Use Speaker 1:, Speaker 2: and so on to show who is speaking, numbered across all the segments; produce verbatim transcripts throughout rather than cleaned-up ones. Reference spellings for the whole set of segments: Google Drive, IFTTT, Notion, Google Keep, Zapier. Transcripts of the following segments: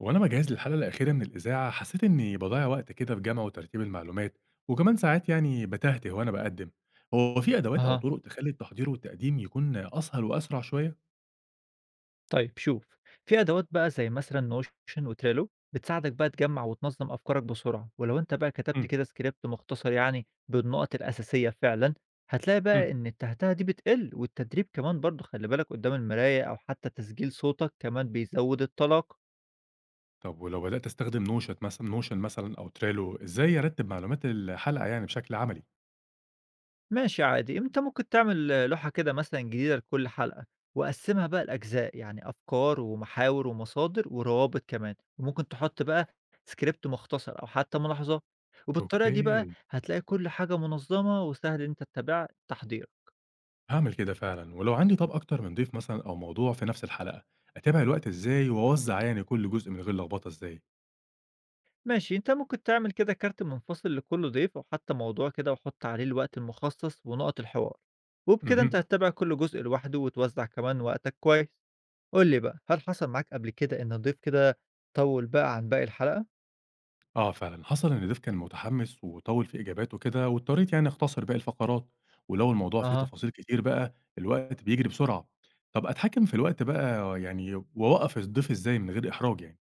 Speaker 1: وأنا باجهّز للحلقة الأخيرة من الإذاعة حسيت إني باضيّع وقت كده في جمع وترتيب المعلومات، وكمان ساعات يعني باتهته وأنا باقدّم، هو في أدوات أو
Speaker 2: أها،
Speaker 1: طرق تخلّي التحضير والتقديم يكون أسهل وأسرع شوية؟
Speaker 2: طيب شوف في أدوات بقى زي مثلًا نوشن وتريلو بتساعدك بقى تجمع وتنظم أفكارك بسرعة، ولو أنت بقى كتبت
Speaker 1: إمم،
Speaker 2: كده سكريبت مختصر يعني بالنقط الأساسية فعلًا، هتلاقي بقى
Speaker 1: إمم،
Speaker 2: إن التهتهة دي بتقل، والتدريب كمان برضه خلي بالك قدام المراية أو حتى تسجيل صوتك كمان بيزود الطلاقة.
Speaker 1: طب ولو بدأت أستخدم notion مثلًا notion مثلًا أو trello إزاي أرتّب معلومات الحلقة يعني بشكل عملي؟
Speaker 2: ماشي عادي، أنت ممكن تعمل لوحة كده مثلًا جديدة لكل حلقة، وقسّمها بقى لأجزاء، يعني أفكار ومحاور ومصادر وروابط كمان، وممكن تحط بقى script مختصر أو حتى ملاحظات، وبالطريقة دي بقى
Speaker 1: أوكي،
Speaker 2: هتلاقي كل حاجة منظمة وسهل إن أنت تتابع تحضيرك.
Speaker 1: هاعمل كده فعلًا، ولو عندي طَب أكتر من ضيف مثلًا أو موضوع في نفس الحلقة، أتابع الوقت إزاي وأوزّع يعني كل جزء من غير لخبطة إزاي؟
Speaker 2: ماشي، أنت ممكن تعمل كده كارت منفصل لكل ضيف أو حتى موضوع كده وحُط عليه الوقت المخصص ونقط الحوار، وبكده أنت
Speaker 1: اهم.
Speaker 2: هتتابع كل جزء لوحده وتوزع كمان وقتك كويس. قُل لي بقى، هل حصل معاك قبل كده إن ضيف كده طوّل بقى عن باقي الحلقة؟
Speaker 1: آه فعلًا، حصل إن ضيف كان متحمّس وطوّل في إجاباته كده، واضطريت يعني أختصر باقي الفقرات، ولو الموضوع فيه
Speaker 2: أها.
Speaker 1: تفاصيل كتير بقى الوقت بيجري بسرعة. طَب أتحكّم في الوقت بقى يعني وأوقّف الضيف إزاي من غير إحراج يعني؟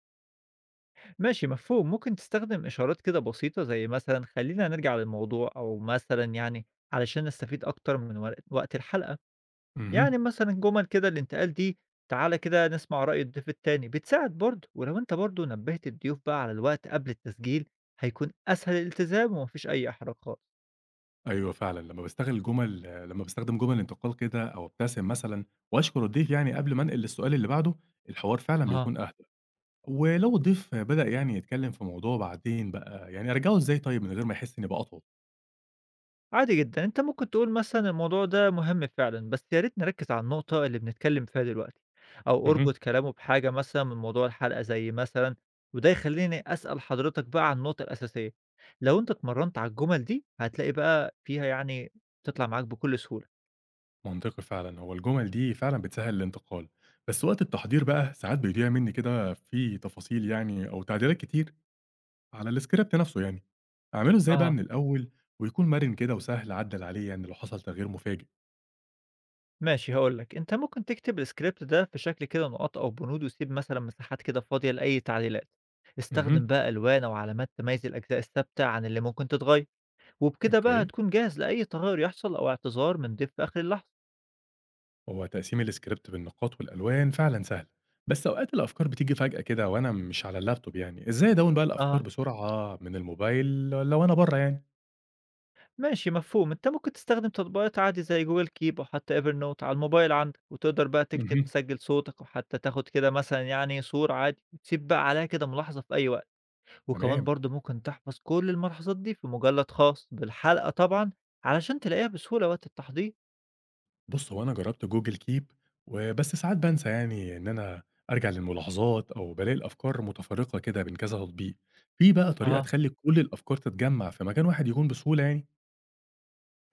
Speaker 2: ماشي مفهوم، ممكن تستخدم إشارات كده بسيطة زي مثلًا خلّينا نرجع للموضوع، أو مثلًا يعني علشان نستفيد أكتر من ور وقت الحلقة،
Speaker 1: اهم.
Speaker 2: يعني مثلًا جُمل كده الانتقال دي تعالَ كده نسمع رأي الضيف التاني، بتساعد برضه، ولو أنت برضه نبّهت الضيوف بقى على الوقت قبل التسجيل هيكون أسهل الالتزام وما فيش أي إحراجات.
Speaker 1: أيوه فعلًا، لمّا باستغل جُمل لمّا باستخدم جُمل انتقال كده أو أبتسم مثلًا وأشكر الضيف يعني قبل ما أنقل للسؤال اللي بعده، الحوار فعلًا
Speaker 2: أها.
Speaker 1: بيكون أهدى. ولو الضيف بدأ يعني يتكلّم في موضوع بعدين بقى، يعني أرجعه إزاي طيب من غير ما يحس إني باقاطعه؟
Speaker 2: عادي جدًا، أنت ممكن تقول مثلًا الموضوع ده مهم فعلًا، بس يا ريت نركّز على النقطة اللي بنتكلّم فيها دلوقتي، أو
Speaker 1: اهم.
Speaker 2: اربط كلامه بحاجة مثلًا من موضوع الحلقة زي مثلًا وده يخلّيني أسأل حضرتك بقى عن النقطة الأساسية، لو أنت اتمرّنت على الجُمل دي هتلاقي بقى فيها يعني بتطلع معاك بكل سهولة.
Speaker 1: منطقي فعلًا، هو الجُمل دي فعلًا بتسهّل الانتقال، بس وقت التحضير بقى ساعات بيضيع منّي كده في تفاصيل يعني أو تعديلات كتير على الscript نفْسه يعني، أعمله إزاي بقى
Speaker 2: أها.
Speaker 1: من الأول ويكون مرِن كده وسهل أعدّل عليه يعني لو حصل تغيير مفاجئ؟
Speaker 2: ماشي هاقول لك، أنت ممكن تكتب الscript ده في شكل كده نقاط أو بنود وسيب مثلًا مساحات كده فاضية لأي تعديلات، استخدم
Speaker 1: اهم،
Speaker 2: بقى ألوان أو علامات تميّز الأجزاء الثابتة عن اللي ممكن تتغيّر. وبكده بقى
Speaker 1: أوكي،
Speaker 2: هتكون جاهز لأي تغير يحصل أو اعتذار من ضيف في آخر اللحظة.
Speaker 1: هو تقسيم الscript بالنقاط والألوان فعلًا سهل، بس أوقات الأفكار بتيجي فجأة كده وأنا مش على اللابتوب يعني، إزاي أدوّن بقى الأفكار
Speaker 2: أها،
Speaker 1: بسرعة من الموبايل لو أنا برّه يعني؟
Speaker 2: ماشي مفهوم، أنت ممكن تستخدم تطبيقات عادي زي جوجل كيب أو حتى ايفر نوت على الموبايل عندك وتقدر بقى تكتب
Speaker 1: اهم،
Speaker 2: تسجل صوتك وحتى تاخد كده مثلا يعني صورة عادي تسيب بقى عليها كده ملاحظة في أي وقت، وكمان
Speaker 1: تمام.
Speaker 2: برضه ممكن تحفظ كل الملاحظات دي في مجلد خاص بالحلقة طبعا علشان تلاقيها بسهولة وقت التحضير.
Speaker 1: بُص، هو أنا جرّبت Google keep وبس ساعات بانسى يعني إن أنا أرجع للملاحظات أو بالاقي الأفكار متفرقة كده بين كذا تطبيق. في بقى طريقة
Speaker 2: أها،
Speaker 1: تخلّي كل الأفكار تتجمّع في مكان واحد يكون بسهولة يعني؟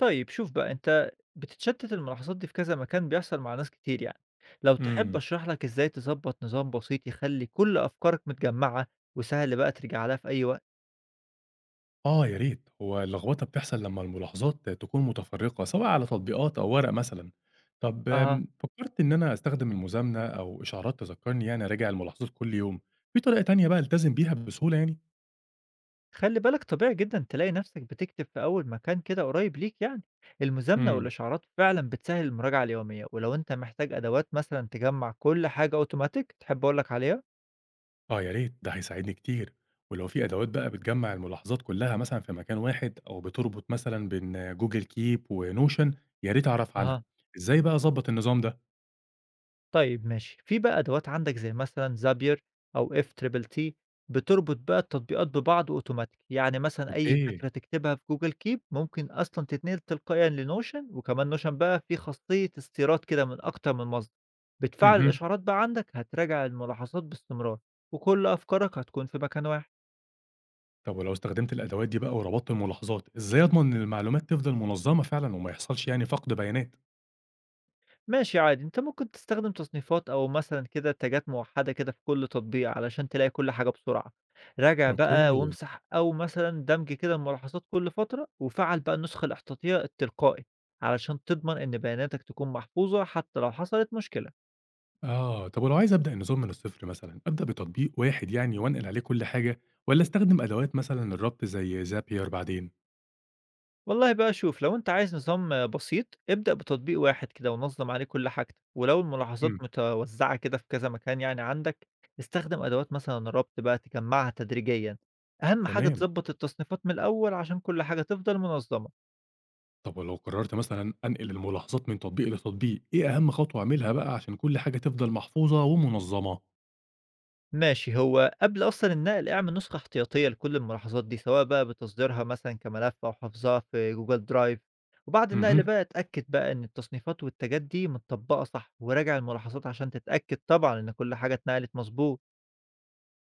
Speaker 2: طيب شوف بقى، أنت بتتشتت الملاحظات دي في كذا مكان، بيحصل مع ناس كتير يعني. لو تحب
Speaker 1: إمم.
Speaker 2: أشرح لك إزاي تظبط نظام بسيط يخلي كل أفكارك متجمعة وسهل بقى ترجع لها في أي وقت.
Speaker 1: آه يا ريت. هو اللخبطة بتحصل لما الملاحظات تكون متفرقة سواء على تطبيقات أو ورق مثلًا. طب
Speaker 2: اها،
Speaker 1: آمم، فكرت إن أنا أستخدم المزامنة أو إشعارات تذكرني يعني أراجع الملاحظات كل يوم. في طريقة تانية بقى ألتزم بيها بسهولة يعني؟
Speaker 2: خلي بالك طبيعي جدا تلاقي نفسك بتكتب في أول مكان كده قريب ليك، يعني المزامنة
Speaker 1: إمم.
Speaker 2: والإشعارات فعلا بتسهل المراجعة اليومية، ولو أنت محتاج أدوات مثلا تجمع كل حاجة أوتوماتيك، تحب أقولك عليها؟
Speaker 1: آه يا ريت، ده هيساعدني كتير، ولو في أدوات بقى بتجمّع الملاحظات كلّها مثلًا في مكان واحد أو بتربط مثلًا بين Google Keep وNotion يا ريت أعرف عنها،
Speaker 2: اها،
Speaker 1: إزاي بقى أضبّط النظام ده؟
Speaker 2: طيب ماشي، في بقى أدوات عندك زي مثلًا Zapier أو إف تي تي تي بتربط بقى التطبيقات ببعض أوتوماتيك، يعني مثلًا أي
Speaker 1: أوكي،
Speaker 2: فكرة تكتبها في Google Keep ممكن أصلًا تتنقل تلقائيًا لNotion، وكمان Notion بقى فيه خاصية استيراد كده من أكتر من مصدر، بتفعّل
Speaker 1: اهم،
Speaker 2: الإشعارات بقى عندك هتراجع الملاحظات باستمرار، وكل أفكارك هتكون في مكان واحد.
Speaker 1: طب ولو استخدمت الأدوات دي بقى وربطت الملاحظات، إزاي أضمن إن المعلومات تفضل منظمة فعلًا وما يحصلش يعني فقد بيانات؟
Speaker 2: ماشي عادي، أنت ممكن تستخدم تصنيفات أو مثلًا كده تاجات موحدة كده في كل تطبيق علشان تلاقي كل حاجة بسرعة، راجع بقى
Speaker 1: أوكي،
Speaker 2: وامسح أو مثلًا دمج كده ملاحظات كل فترة، وفعّل بقى النسخة الاحتياطية التلقائي، علشان تضمن إن بياناتك تكون محفوظة حتى لو حصلت مشكلة.
Speaker 1: آه، طب ولو عايز أبدأ النظام من الصفر مثلًا، أبدأ بتطبيق واحد يعني وأنقل عليه كل حاجة والّا أستخدم أدوات مثلًا الربط زي Zapier بعدين؟
Speaker 2: والله بقى شوف، لو انت عايز نظام بسيط ابدأ بتطبيق واحد كده ونظم عليه كل حاجتك، ولو
Speaker 1: إمم،
Speaker 2: الملاحظات متوزعة كده في كذا مكان يعني عندك، استخدم أدوات مثلا ربط بقى تجمعها تدريجيا. أهم حاجة
Speaker 1: تمام.
Speaker 2: تظبط التصنيفات من الأول عشان كل حاجة تفضل منظمة.
Speaker 1: طب ولو قررت مثلًا أنقل الملاحظات من تطبيق لتطبيق، إيه أهم خطوة أعملها بقى عشان كل حاجة تفضل محفوظة ومنظمة؟
Speaker 2: ماشي، هو قبل أصلًا النقل اعمل نسخة احتياطية لكل الملاحظات دي، سواء بقى بتصديرها مثلًا كملف أو حافظها في Google Drive، وبعد النقل
Speaker 1: اهم.
Speaker 2: بقى اتأكد بقى إن التصنيفات والتاجات دي متطبقة صح، وراجع الملاحظات عشان تتأكد طبعًا إن كل حاجة اتنقلت مضبوط.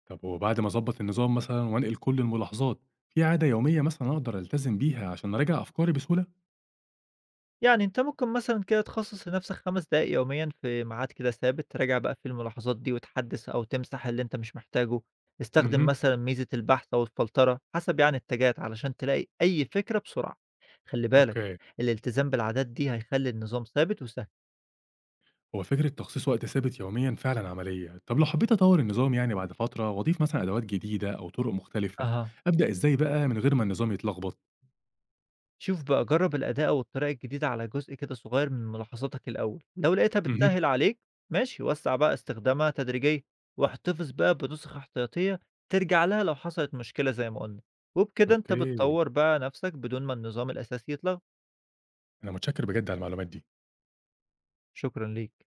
Speaker 1: طب وبعد ما أضبط النظام مثلًا وأنقل كل الملاحظات، في عادة يومية مثلًا أقدر ألتزم بيها عشان أراجع أفكاري بسهولة؟
Speaker 2: يعني أنت ممكن مثلًا كده تخصّص لنفسك 5 دقايق يوميًا في ميعاد كده ثابت، تراجع بقى فيه الملاحظات دي وتحدّث أو تمسح اللي أنت مش محتاجه، استخدم
Speaker 1: اهم.
Speaker 2: مثلًا ميزة البحث أو الفلترة حسب يعني اتجاهك علشان تلاقي أي فكرة بسرعة. خلّي بالك،
Speaker 1: أوكي.
Speaker 2: الالتزام بالعادات دي هيخلّي النظام ثابت وسهل.
Speaker 1: هو فكرة تخصيص وقت ثابت يوميًا فعلًا عملية. طب لو حبيت أطور النظام يعني بعد فترة وأضيف مثلًا أدوات جديدة أو طرق مختلفة،
Speaker 2: أها.
Speaker 1: أبدأ إزاي بقى من غير ما النظام يتلخبط؟
Speaker 2: شوف بقى، جرّب الأداة أو الطريقة الجديدة على جزء كده صغير من ملاحظاتك الأول، لو لقيتها
Speaker 1: اهم.
Speaker 2: بتسهّل عليك ماشي وسّع بقى استخدامها تدريجيًا، واحتفظ بقى بنسخ احتياطية ترجع لها لو حصلت مشكلة زي ما قُلنا، وبكده أنت
Speaker 1: أوكي.
Speaker 2: بتطوّر بقى نَفْسك بدون ما النظام الأساسي يتلغى.
Speaker 1: أنا متشكر بجد على المعلومات دي.
Speaker 2: شكرًا ليك.